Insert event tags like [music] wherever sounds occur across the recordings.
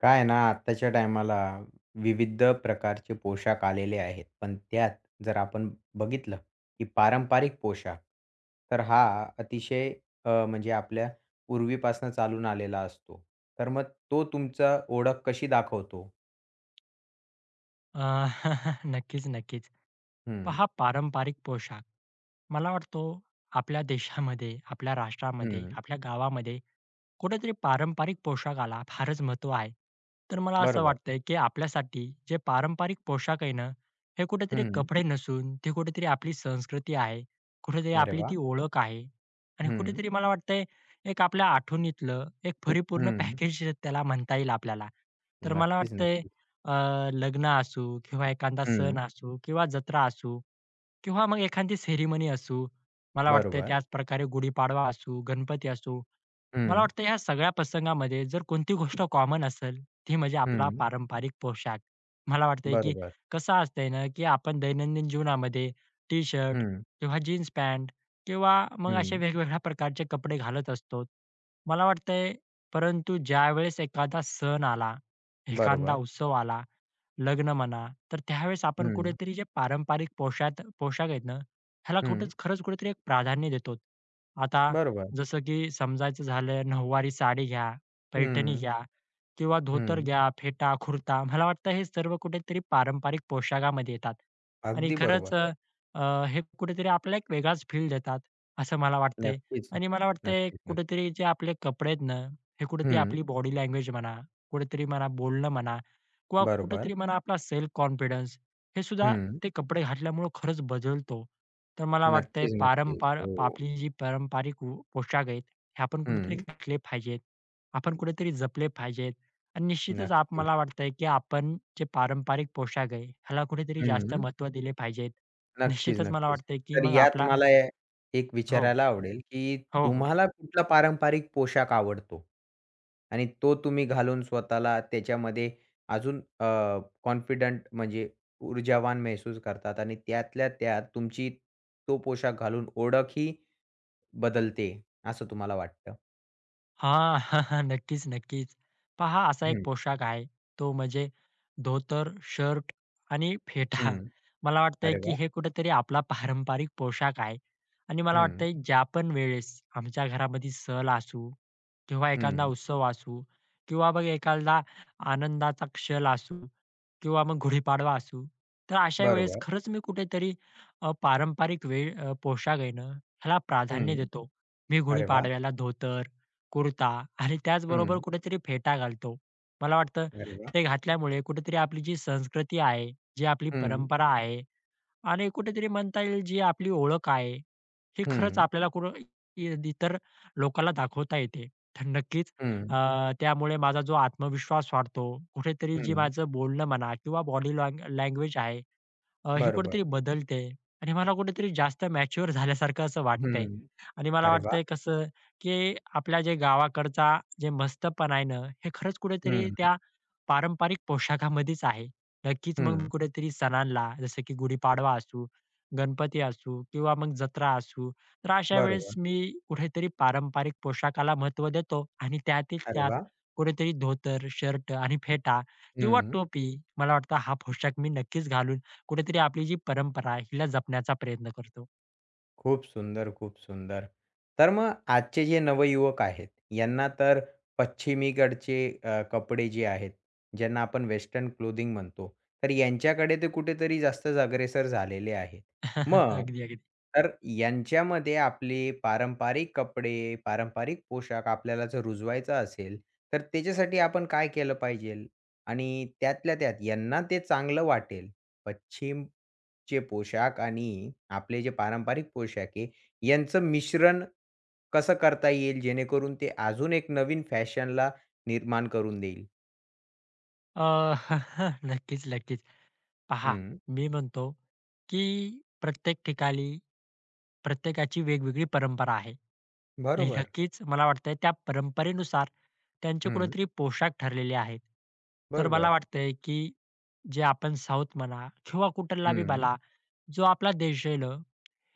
काय आहे ना आत्ताच्या टायमाला विविध प्रकारचे पोशाख आलेले आहेत. पण त्यात जर आपण बघितलं, की पारंपरिक पोशाख, तर हा अतिशय म्हणजे आपल्या पूर्वीपासून चालून आलेला असतो. तर मग तो तुमचा ओळख कशी दाखवतो? अ, [laughs] नक्कीच, नक्कीच. हं, पहा पारंपरिक पोशाख मला वाटतो आपल्या देशामध्ये, आपल्या राष्ट्रामध्ये, हं. आपल्या गावामध्ये कुठेतरी पारंपरिक पोशाखाला फारच महत्त्व आहे. तर मला असं बरोबर. वाटतंय, की आपल्यासाठी जे पारंपरिक पोशाख आहे ना, हे कुठेतरी हं. कपडे नसून ते कुठेतरी आपली संस्कृती आहे, कुठेतरी अरे आपली वाह! ती ओळख आहे आणि हं, कुठेतरी मला वाटतंय एक आपल्या आठवणीतलं एक परिपूर्ण हं. पॅकेज त्याला म्हणता येईल आपल्याला. तर मला नक्कीच, वाटतंय नक्कीच. अ, लग्न असू किंवा एखादा सण हं. असू किंवा जत्रा असू किंवा मग एखादी सेरेमनी असू, मला वाटतंय बरोबर. त्याचप्रकारे गुढीपाडवा असू, गणपती असू मला हं, वाटतं ह्या सगळ्या प्रसंगामध्ये जर कोणती गोष्ट कॉमन असेल, ती म्हणजे आपला हं. पारंपरिक पोशाख. मला वाटतंय की बरोबर. कसं असतंय ना, की आपण दैनंदिन जीवनामध्ये टी-शर्ट हं, किंवा जीन्स पॅन्ट किंवा मग असे हं. वेगवेगळ्या प्रकारचे कपडे घालत असतो. मला वाटतंय, परंतु ज्यावेळेस एखादा सण आला, एखादा बरोबर. उत्सव आला लग्न म्हणा, तर त्यावेळेस आपण हं, कुठेतरी जे पारंपरिक पोशाख पोशाख आहेत ना, ह्याला हं. कुठेच खरंच कुठेतरी एक प्राधान्य देतो. आता बरोबर. जसं की समजायचं झालं नऊवारी साडी घ्या, पैठणी हं. घ्या किंवा धोतर हं. घ्या, फेटा, कुर्ता. मला वाटतं हे सर्व कुठेतरी पारंपरिक पोशाखामध्ये येतात आणि अगदी खरंच बरोबर. अ, अ, हे कुठेतरी आपल्याला एक वेगळाच फील देतात, असं मला वाटतंय नक्कीच. आणि मला वाटतंय नक्कीच, नक्की कुठेतरी जे आपले कपडे आहेत ना, हे कुठेतरी हं. आपली बॉडी लँग्वेज म्हणा, कुठेतरी म्हणा बोलणं म्हणा किंवा बरोबर. कुठेतरी म्हणा आपला सेल्फ कॉन्फिडन्स हे सुद्धा हं. ते कपडे घातल्यामुळे खरंच बदलतो. तर मला वाटतंय नक्कीच, नक्कीच. हो. आपली जी पारंपरिक व पोशाख आहेत, हे आपण कुठेतरी हं. घातले पाहिजेत. आपण कुठेतरी जपले पाहिजेत आणि निश्चितच नक्कीच. मला वाटतंय, की आपण जे पारंपरिक पोशाख आहे, ह्याला कुठेतरी जास्त हं. महत्त्व दिले पाहिजेत. नक्कीच, निश्चितच मला नक्कीच. वाटतंय, की तर मग यात आपला मला एक हो. विचारायला आवडेल, की हो, हो. तुम्हाला कुठला पारंपरिक पोशाख आवडतो? आणि तो तुम्ही घालून स्वतःला त्याच्यामध्ये अजून कॉन्फिडंट म्हणजे ऊर्जावान महसूस करतात आणि त्यातल्या त्यात तुमची तो पोशाख घालून ओळखही बदलते, असं तुम्हाला वाटतं? हां. [laughs] नक्कीच, नक्कीच. पहा असा एक पोशाख आहे, तो म्हणजे धोतर, शर्ट आणि फेटा. हं. मला वाटतंय, अरे की वाह! हे कुठेतरी आपला पारंपरिक पोशाख आहे आणि मला हं, वाटतंय ज्या पण वेळेस आमच्या घरामध्ये सहल असू किंवा एखादा हं. उत्सव असू किंवा मग एखादा आनंदाचा क्षण असू किंवा मग गुढीपाडवा असू. तर अशा वेळेस बरोबर. खरंच मी कुठेतरी अ, पारंपरिक वे अ, पोशाख आहे ना, ह्याला प्राधान्य हं. देतो. मी अरे वाह! गुढीपाडव्याला धोतर, कुर्ता आणि त्याचबरोबर हं. कुठेतरी फेटा घालतो. मला वाटतं अरे वाह! ते घातल्यामुळे कुठेतरी आपली जी संस्कृती आहे, जी आपली हं, परंपरा आहे आणि कुठेतरी म्हणता येईल जी आपली ओळख आहे, ही खरंच हं, आपल्याला कुठं इतर लोकांना दाखवता येते. तर नक्कीच अ, हं, त्यामुळे माझा जो आत्मविश्वास वाढतो, कुठेतरी जी हं. माझं बोलणं म्हणा किंवा बॉडी लँग्वेज आहे हे बरोबर. कुठेतरी बदलतंय आणि मला कुठेतरी जास्त मॅच्युअर झाल्यासारखं असं वाटतंय. हं. आणि मला अरे वाह! वाटतंय कसं, की आपल्या जे गावाकडचा जे मस्तपणा आहे ना, हे खरंच कुठेतरी हं, त्या पारंपरिक पोशाखामध्येच आहे. नक्कीच मग मी हं. कुठेतरी सणांला जसं की गुढीपाडवा असू, गणपती असू किंवा मग जत्रा असू, तर अशा वेळेस बरोबर. मी कुठेतरी पारंपरिक पोशाखाला महत्त्व देतो आणि त्यातील अरे त्यात वाह! कुठेतरी धोतर, शर्ट आणि फेटा किंवा हं. टोपी मला वाटतं हा पोशाख मी नक्कीच घालून कुठेतरी आपली जी परंपरा आहे हिला जपण्याचा प्रयत्न करतो. खूप सुंदर, खूप सुंदर. तर मग आजचे जे नवयुवक आहेत, यांना तर पश्चिमीकडचे कपडे जे आहेत, ज्यांना आपण वेस्टर्न क्लोथिंग म्हणतो, तर यांच्याकडे ते कुठेतरी जास्तच अग्रेसर झालेले आहेत. [laughs] मग अगदी, अगदी. तर यांच्यामध्ये आपले पारंपरिक कपडे, पारंपरिक पोशाख आपल्याला जर रुजवायचा असेल, तर त्याच्यासाठी आपण काय केलं पाहिजेल? आणि त्यातल्या त्यात यांना ते चांगलं वाटेल, पश्चिम चे पोशाख आणि आपले जे पारंपरिक पोशाख आहे, यांचं मिश्रण कसं करता येईल जेणेकरून ते अजून एक नवीन फॅशनला निर्माण करून देईल? अ, [laughs] नक्कीच, नक्कीच. पहा, हं. मी म्हणतो, की प्रत्येक ठिकाणी प्रत्येकाची वेगवेगळी परंपरा आहे. आणि बरोबर. नक्कीच मला वाटतंय त्या परंपरेनुसार त्यांचे हं. कुठेतरी पोशाख ठरलेले आहेत. तर मला बरोबर. वाटतंय, की जे आपण साऊथ म्हणा किंवा कुठला बी हं. भला, जो आपला देश आहे ना,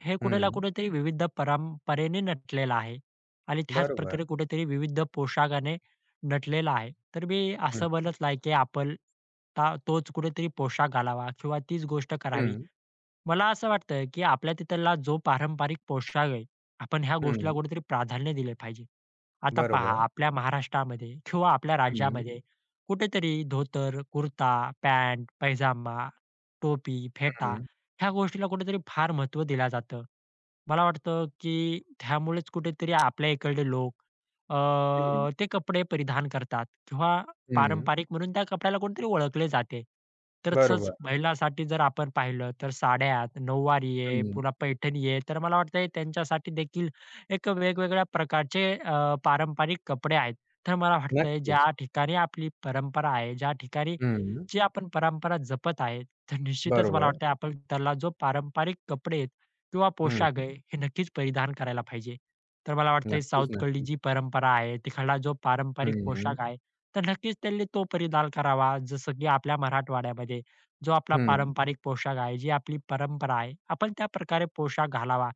हे कुठे ना हं. कुठेतरी विविध परंपरेने नटलेलं आहे आणि त्याच बरोबर. प्रकारे कुठेतरी विविध पोशाखाने नटलेला आहे. तर मी हं, असं म्हणत नाही की आपण तोच कुठेतरी पोशाख घालावा किंवा तीच गोष्ट करावी. हं, मला असं वाटतं, की आपल्या तिथला जो पारंपरिक पोशाख आहे, आपण ह्या गोष्टीला हं. कुठेतरी प्राधान्य दिले पाहिजे. आता पहा, बरोबर. आपल्या महाराष्ट्रामध्ये किंवा आपल्या हं, राज्यामध्ये कुठेतरी धोतर, कुर्ता, पॅन्ट, पैजामा, टोपी, फेटा हं, ह्या गोष्टीला कुठेतरी फार महत्त्व दिलं जातं. मला वाटतं, की त्यामुळेच कुठेतरी आपल्या इकडले लोक अ, हं, ते कपडे परिधान करतात किंवा हं. पारंपरिक म्हणून त्या कपड्याला कोणीतरी ओळखले जाते. तर तसंच बरोबर. महिलांसाठी जर आपण पाहिलं तर साड्या, नऊवारी आहे, हं. पुन्हा पैठणी आहे, तर मला वाटतंय त्यांच्यासाठी देखील एक वेगवेगळ्या प्रकारचे पारंपरिक कपडे आहेत. तर मला वाटतंय नक्कीच. ज्या ठिकाणी आपली परंपरा आहे, ज्या ठिकाणी हं. जी आपण परंपरा जपत आहे, तर निश्चितच मला बरोबर. वाटतंय आपण त्याला जो पारंपरिक कपडे आहेत किंवा हं. पोशाख आहे, हे नक्कीच परिधान करायला पाहिजे. तर मला वाटतंय नक्कीच, साऊथकडली जी नक्कीच. परंपरा आहे, तिकडला जो पारंपरिक हं, हं, पोशाख आहे, तर नक्कीच त्यांनी तो परिधान करावा. जसं की आपल्या मराठवाड्यामध्ये जो आपला हं. पारंपरिक पोशाख आहे, जी आपली परंपरा आहे, आपण त्या प्रकारे पोशाख घालावा.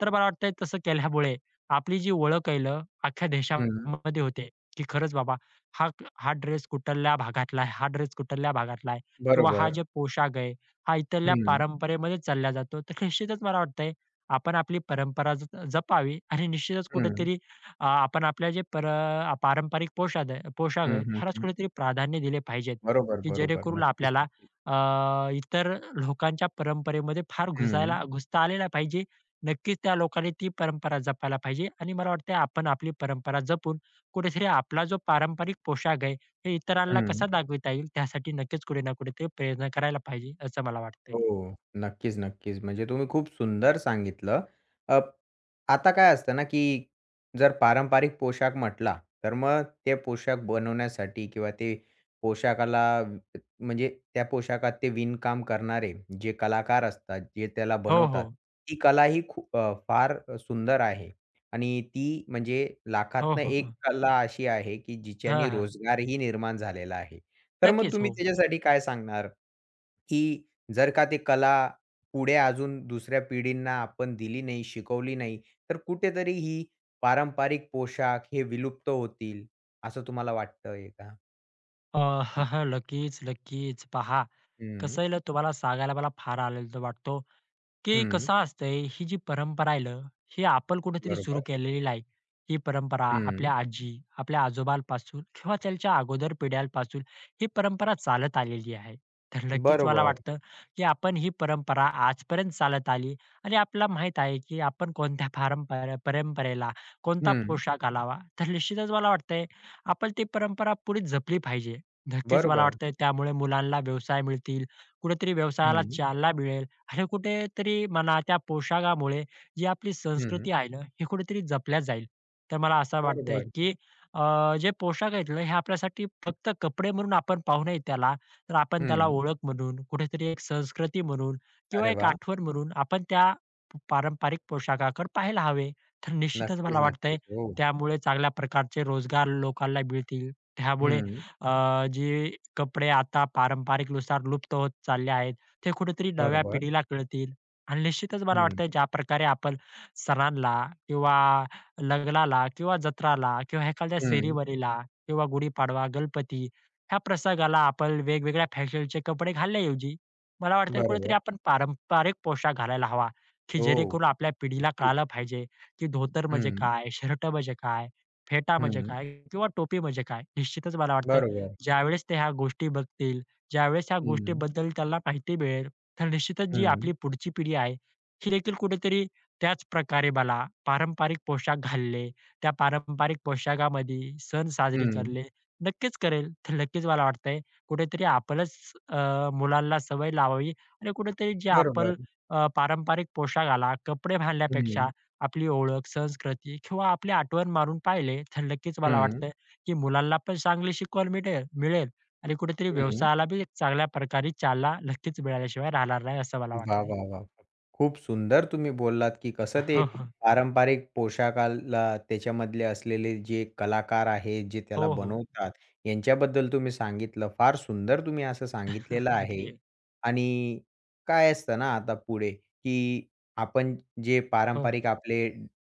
तर मला वाटतंय तसं केल्यामुळे आपली जी ओळख आहे ना, अख्ख्या देशामध्ये होते, की खरंच बाबा हा हा ड्रेस कुठल्या भागातला आहे, हा ड्रेस कुठल्या भागातला आहे किंवा हा बरोबर. जो पोशाख आहे, हा इथल्या हं, परंपरेमध्ये चालला जातो. तर निश्चितच मला वाटतंय आपण आपली परंपरा जपावी आणि निश्चितच हं, कुठेतरी आपण आपल्या पारंपरिक पोशाद आहे पोशाख हं, आहेत, हं, ह्यालाच हं. कुठेतरी प्राधान्य दिले पाहिजेत, बरोबर, की बरोबर. जेणेकरून नक्कीच, आपल्याला नक्कीच. अ, इतर लोकांच्या परंपरेमध्ये फार हं, घुसायला घुसता आलेला नाही पाहिजे. नक्कीच त्या लोकांनी ती परंपरा जपायला पाहिजे आणि मला वाटतंय आपण आपली परंपरा जपून कुठेतरी आपला जो पारंपरिक पोशाख आहे, हे इतरांना हं. कसा दाखविता येईल, त्यासाठी नक्कीच कुठे ना कुठे ते प्रयत्न करायला पाहिजे, असं मला वाटतंय. हो. नक्कीच, नक्कीच. म्हणजे तुम्ही खूप सुंदर सांगितलं. अ, आता काय असतं ना, की जर पारंपरिक पोशाख म्हटला, तर मग ते पोशाख बनवण्यासाठी किंवा ते पोशाखाला व- म्हणजे त्या पोशाखात ते विणकाम करणारे जे कलाकार असतात, जे त्याला हो, बनवतात, हो. ती कला ही खूप फार सुंदर आहे आणि ती म्हणजे हो, लाखातनं हो, एक हो. कला अशी आहे, की हां, जिच्याने हां. रोजगारही निर्माण झालेला आहे. तर मग नक्कीच, तुम्ही हो. त्याच्यासाठी काय सांगणार, की जर का ती कला पुढे अजून दुसऱ्या पिढींना आपण दिली नाही, शिकवली नाही, तर कुठेतरी ही पारंपरिक पोशाख हे विलुप्त होतील, असं तुम्हाला वाटतंय का? अ, [laughs] नक्कीच, नक्कीच. पहा, हं, कसं आहे ना, तुम्हाला सांगायला मला फार आनंद वाटतो, की हं. कसं असतंय, ही जी परंपरा आहे ना, ही आपण कुठेतरी सुरू बरोबर. केलेली नाही. ही परंपरा हं. आपल्या आजी, आपल्या आजोबांपासून किंवा त्यांच्या अगोदर पिढ्यांपासून ही परंपरा चालत आलेली आहे. तर नक्कीच मला बरोबर. वाटतं, की आपण ही परंपरा आजपर्यंत चालत आली आणि आपल्याला माहीत आहे, की आपण कोणत्या पारंपरे परंपरेला कोणता हं. पोशाख घालावा. तर निश्चितच मला वाटतंय, आपण ती परंपरा पुढे जपली पाहिजे. नक्कीच मला बरोबर. वाटतंय, त्यामुळे मुलांना व्यवसाय मिळतील, कुठेतरी व्यवसायाला हं, चालना मिळेल आणि कुठेतरी म्हणा त्या पोशाखामुळे जी आपली संस्कृती हं. आहे ना, हे कुठेतरी जपल्या जाईल. तर मला असं वाटतंय, बरोबर. की जे पोशाख आहेत ना, हे आपल्यासाठी फक्त कपडे म्हणून आपण पाहू नये त्याला, तर आपण त्याला हं. ओळख म्हणून, कुठेतरी एक संस्कृती म्हणून किंवा अरे एक वाह! आठवण म्हणून आपण त्या पारंपरिक पोशाखाकडे पाहायला हवे. तर निश्चितच नक्कीच, मला वाटतंय, नक्कीच. हो. त्यामुळे चांगल्या प्रकारचे रोजगार लोकांना मिळतील. त्यामुळे हं. अ, जे कपडे आता पारंपरिकनुसार लुप्त होत चालले आहेत. ते कुठेतरी नव्या बरोबर. पिढीला कळतील आणि निश्चितच मला हं, वाटतं ज्या प्रकारे आपण सणांला किंवा लग्नाला किंवा जत्राला किंवा एखाद्या हं. सेरीमनीला किंवा गुढीपाडवा, गणपती ह्या प्रसंगाला आपण वेगवेगळ्या फॅशनचे कपडे घालण्याऐवजी मला वाटतं कुठेतरी बरोबर. आपण पारंपरिक पोशाख घालायला हवा, की हो. जेणेकरून आपल्या पिढीला नक्कीच. कळालं पाहिजे, की धोतर म्हणजे हं, काय, शर्ट म्हणजे काय, फेटा म्हणजे हं. काय किंवा टोपी म्हणजे काय. निश्चितच मला वाटतं बरोबर. ज्यावेळेस ते ह्या गोष्टी बघतील ज्यावेळेस ह्या हं, गोष्टीबद्दल त्याला माहिती मिळेल, तर निश्चितच जी हं, आपली पुढची पिढी आहे, ही देखील कुठेतरी त्याच प्रकारे मला पारंपरिक पोशाख घालले, त्या पारंपरिक पोशाखामध्ये सण साजरे हं. करले, नक्कीच करेल. तर नक्कीच मला वाटतंय कुठेतरी आपणच मुलांना सवय लावावी आणि कुठेतरी जे आपण बरोबर. पारंपरिक पोशाखाला कपडे घालण्यापेक्षा हं, आपली ओळख, संस्कृती किंवा आपली आठवण मारून पाहिले, तर नक्कीच मला वाटतं, की मुलांना पण चांगली शिकवण मिळेल मिळेल. आणि कुठेतरी हं, हं. व्यवसायाला बी एक चांगल्या प्रकारे चालना नक्कीच मिळाल्याशिवाय राहणार नाही असं मला वाह, वाटतंय. वाह, वाह! खूप सुंदर तुम्ही बोललात, की कसं [laughs] ते हो, हो. पारंपरिक पोशाखाला त्याच्यामधले असलेले जे कलाकार आहेत, जे त्याला हो, हो. बनवतात, यांच्याबद्दल तुम्ही सांगितलं. फार सुंदर तुम्ही असं सांगितलेलं [laughs] आहे. अगदी. आहे. आणि काय असतं ना आता पुढे, की आपण जे हो. पारंपरिक आपले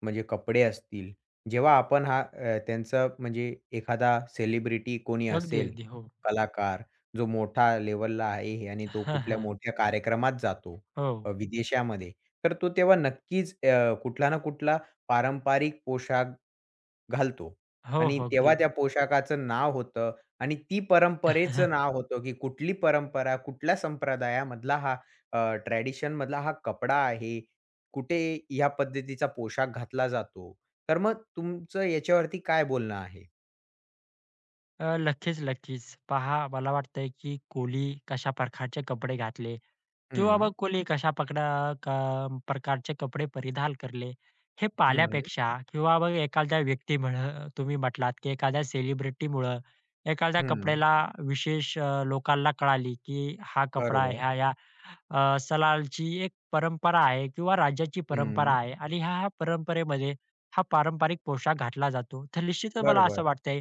म्हणजे कपडे असतील, जेव्हा आपण हा त्यांचा म्हणजे एखादा सेलिब्रिटी कोणी अगदी, असेल, अगदी. हो. कलाकार जो मोठा लेव्हलला आहे हे आणि [laughs] तो हां, कुठल्या हां. मोठ्या कार्यक्रमात जातो हो. विदेशामध्ये, तर तो तेव्हा नक्कीच कुठला ना कुठला पारंपरिक पोशाख घालतो हो, आणि हो. अगदी. तेव्हा त्या पोशाखाचं नाव होतं आणि ती परंपरेचं [laughs] नाव होतं, की कुठली परंपरा, कुठल्या संप्रदायामधला हा ट्रेडिशनमधला हा कपडा आहे. कुठे ह्या पद्धतीचा पोशाख घातला जातो. तर मग तुमचं याच्यावरती काय बोलणं आहे? नक्कीच, नक्कीच. पहा मला वाटतंय की कोहली कशा प्रकारचे कपडे घातले किंवा हं, मग कोहली हं. कशा पकडा क प्रकारचे कपडे परिधान करले, हे हं, पाहण्यापेक्षा किंवा मग एखाद्या व्यक्तीमुळं तुम्ही म्हटलात की एखाद्या सेलिब्रिटीमुळं एखाद्या हं. कपड्याला विशेष लोकांना कळाली की हा कपडा बरोबर. ह्या ह्या अ, सलालची एक परंपरा आहे किंवा राज्याची परंपरा हं, आहे आणि ह्या-ह्या परंपरेमध्ये हा पारंपरिक पोशाख घातला जातो. तर निश्चितच मला असं बरोबर. वाटतंय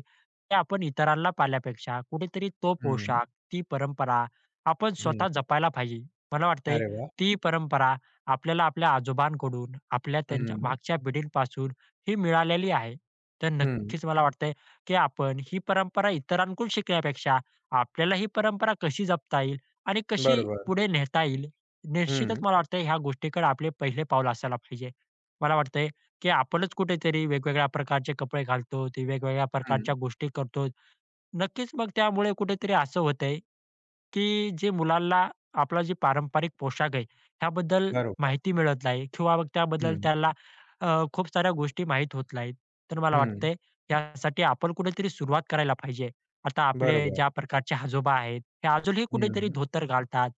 ते आपण इतरांना पाळल्यापेक्षा कुठेतरी तो हं, पोशाख, ती परंपरा आपण हं. स्वतः जपायला पाहिजे. मला वाटतंय अरे वाह! ती परंपरा आपल्याला आपल्या आजोबांकडून, आपल्या त्यांच्या हं, मागच्या पिढींपासून ही मिळालेली आहे. तर हं. नक्कीच मला वाटतंय, की आपण ही परंपरा इतरांकडून शिकण्यापेक्षा आपल्याला ही परंपरा कशी जपता येईल आणि कशी बरोबर. पुढे नेता येईल, निश्चितच हं, मला वाटतंय ह्या गोष्टीकडे आपले पहिले पाऊल असायला पाहिजे. मला वाटतंय की आपणच कुठेतरी वेगवेगळ्या प्रकारचे कपडे घालतो, ते वेगवेगळ्या हं. प्रकारच्या गोष्टी करतो. नक्कीच मग त्यामुळे कुठेतरी असं होतंय, की जे मुलांना आपला जे पारंपरिक पोशाख आहे, ह्याबद्दल बरोबर. माहिती मिळत नाही किंवा मग त्याबद्दल हं, त्याला खूप साऱ्या गोष्टी माहीत होत नाहीत. तर मला हं. वाटतंय यासाठी आपण कुठेतरी सुरुवात करायला पाहिजे. आता आपले बरोबर. ज्या प्रकारचे आजोबा आहेत, हे अजूनही कुठेतरी हं. धोतर घालतात,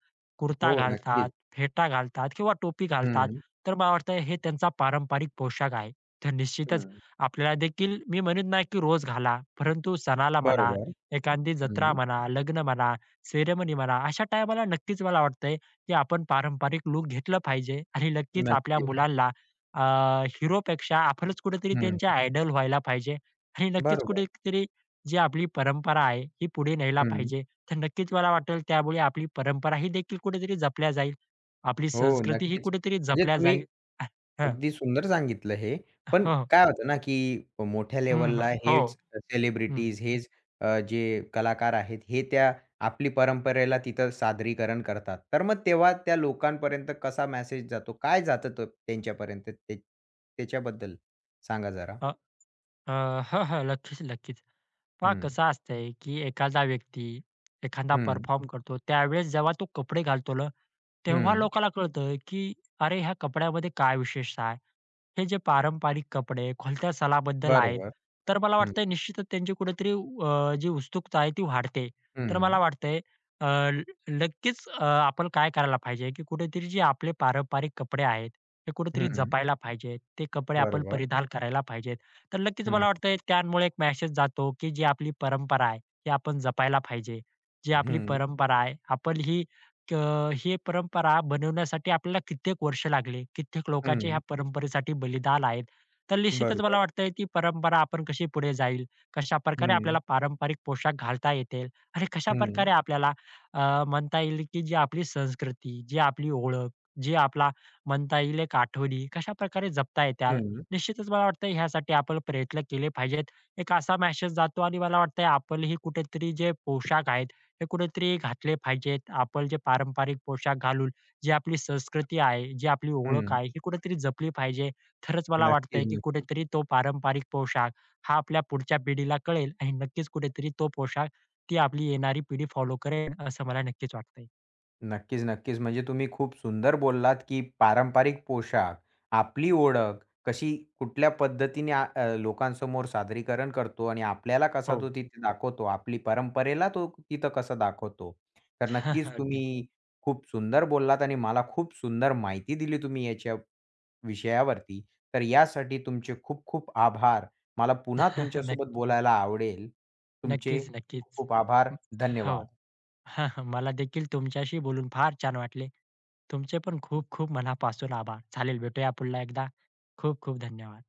हो, कुर्ता घालतात, नक्कीच. फेटा घालतात किंवा टोपी घालतात. हं, तर मला वाटतं हे त्यांचा पारंपरिक पोशाख आहे. तर निश्चितच हं. आपल्याला देखील मी म्हणत नाही, की रोज घाला, परंतु सणाला म्हणा बरोबर. एखादी जत्रा हं. म्हणा, लग्न म्हणा, सेरेमनी म्हणा, अशा टायमाला नक्कीच मला वाटतंय, की आपण पारंपरिक लूक घेतलं पाहिजे आणि नक्कीच आपल्या नक्कीच. मुलांना अ, हिरोपेक्षा आपणच कुठेतरी हं. त्यांचे आयडॉल व्हायला पाहिजे आणि नक्कीच बरोबर. कुठेतरी जी आपली परंपरा आहे, ही पुढे न्यायला हं. पाहिजे. तर नक्कीच मला वाटेल त्यामुळे आपली परंपरा ही देखील कुठेतरी जपल्या जाईल. आपली हो, संस्कृती ही नक्कीच. कुठेतरी म्हणजे जपल्या तुम्ही जाईल. अ- हं. अगदी सुंदर सांगितलं हे. पण हो. काय होतं ना, की मोठ्या हं. लेव्हलला हो. हेच हं. सेलिब्रिटीज, हेच जे कलाकार आहेत, हे त्या आपली परंपरेला तिथं सादरीकरण करतात. तर मग तेव्हा त्या लोकांपर्यंत कसा मेसेज जातो? काय जातं तो त्यांच्यापर्यंत? ते त्याच्याबद्दल सांगा जरा. हो, हो. नक्कीच, नक्कीच. पहा हं, कसं असतंय, की एखादा व्यक्ती एखादा हं, परफॉर्म करतो, त्यावेळेस जेव्हा तो कपडे घालतो ना, तेव्हा हं. लोकाला कळतं, की अरे, ह्या कपड्यामध्ये काय विशेष आहे? हे जे पारंपरिक कपडे खोलत्या सणाबद्दल आहेत, बरोबर. तर मला हं, वाटतंय निश्चितच त्यांची कुठेतरी जी उत्सुकता आहे ती वाढते. तर मला हं, वाटतंय अ, ल- नक्कीच आपण काय करायला पाहिजे, की कुठेतरी जे आपले पारंपरिक कपडे आहेत, हे कुठेतरी हं. जपायला पाहिजेत. ते कपडे आपण बरोबर. परिधान करायला पाहिजेत. तर नक्कीच मला हं, वाटतंय त्यामुळे एक मेसेज जातो, की जी आपली परंपरा आहे, ती आपण जपायला पाहिजे. जी आपली हं, परंपरा आहे, आपण ही अ, हे परंपरा बनवण्यासाठी आपल्याला कित्येक वर्ष लागले. कित्येक लोकांचे ह्या हं. परंपरेसाठी बलिदान आहेत. तर निश्चितच मला बरोबर. वाटतंय ती परंपरा आपण कशी पुढे जाईल, कशाप्रकारे आपल्याला हं, पारंपरिक पोशाख घालता येतील आणि हं, कशाप्रकारे आपल्याला म्हणता येईल की जी आपली संस्कृती, जी आपली ओळख, जी आपला म्हणता येईल एक आठवणी कशाप्रकारे जपता येतील. हं, निश्चितच मला वाटतं ह्यासाठी आपण प्रयत्न केले पाहिजेत. एक असा मेसेज जातो आणि मला वाटतंय आपणही कुठेतरी जे पोशाख आहेत हे कुठेतरी घातले पाहिजेत. आपण जे पारंपरिक पोशाख घालून जी आपली संस्कृती आहे, जी आपली ओळख हं. आहे, ही कुठेतरी जपली पाहिजे. खरंच मला वाटतंय, नक्कीच, की नक्कीच. कुठेतरी तो पारंपरिक पोशाख हा आपल्या पुढच्या पिढीला कळेल आणि नक्कीच कुठेतरी तो पोशाख ती आपली येणारी पिढी फॉलो करेल, असं मला नक्कीच वाटतंय. नक्कीच, नक्कीच. म्हणजे तुम्ही खूप सुंदर बोललात, की पारंपरिक पोशाख, आपली ओळख कशी कुठल्या पद्धतीने लोकांसमोर सादरीकरण करतो आणि आपल्याला कसा हो. तो तिथे दाखवतो, आपली परंपरेला तो तिथं कसं दाखवतो. तर नक्कीच [laughs] अगदी. तुम्ही खूप सुंदर बोललात आणि मला खूप सुंदर माहिती दिली तुम्ही याच्या विषयावरती. तर यासाठी तुमचे खूप खूप आभार. मला पुन्हा [laughs] तुमच्यासोबत नक्क बोलायला आवडेल. तुमचे नक्कीच, खूप नक्कीच. खूप आभार. म हो. धन्यवाद. [laughs] मला देखील तुमच्याशी बोलून फार छान वाटले. तुमचे पण खूप खूप मनापासून आभार. चालेल, भेटूया पुन्हा एकदा. खूप खूप धन्यवाद.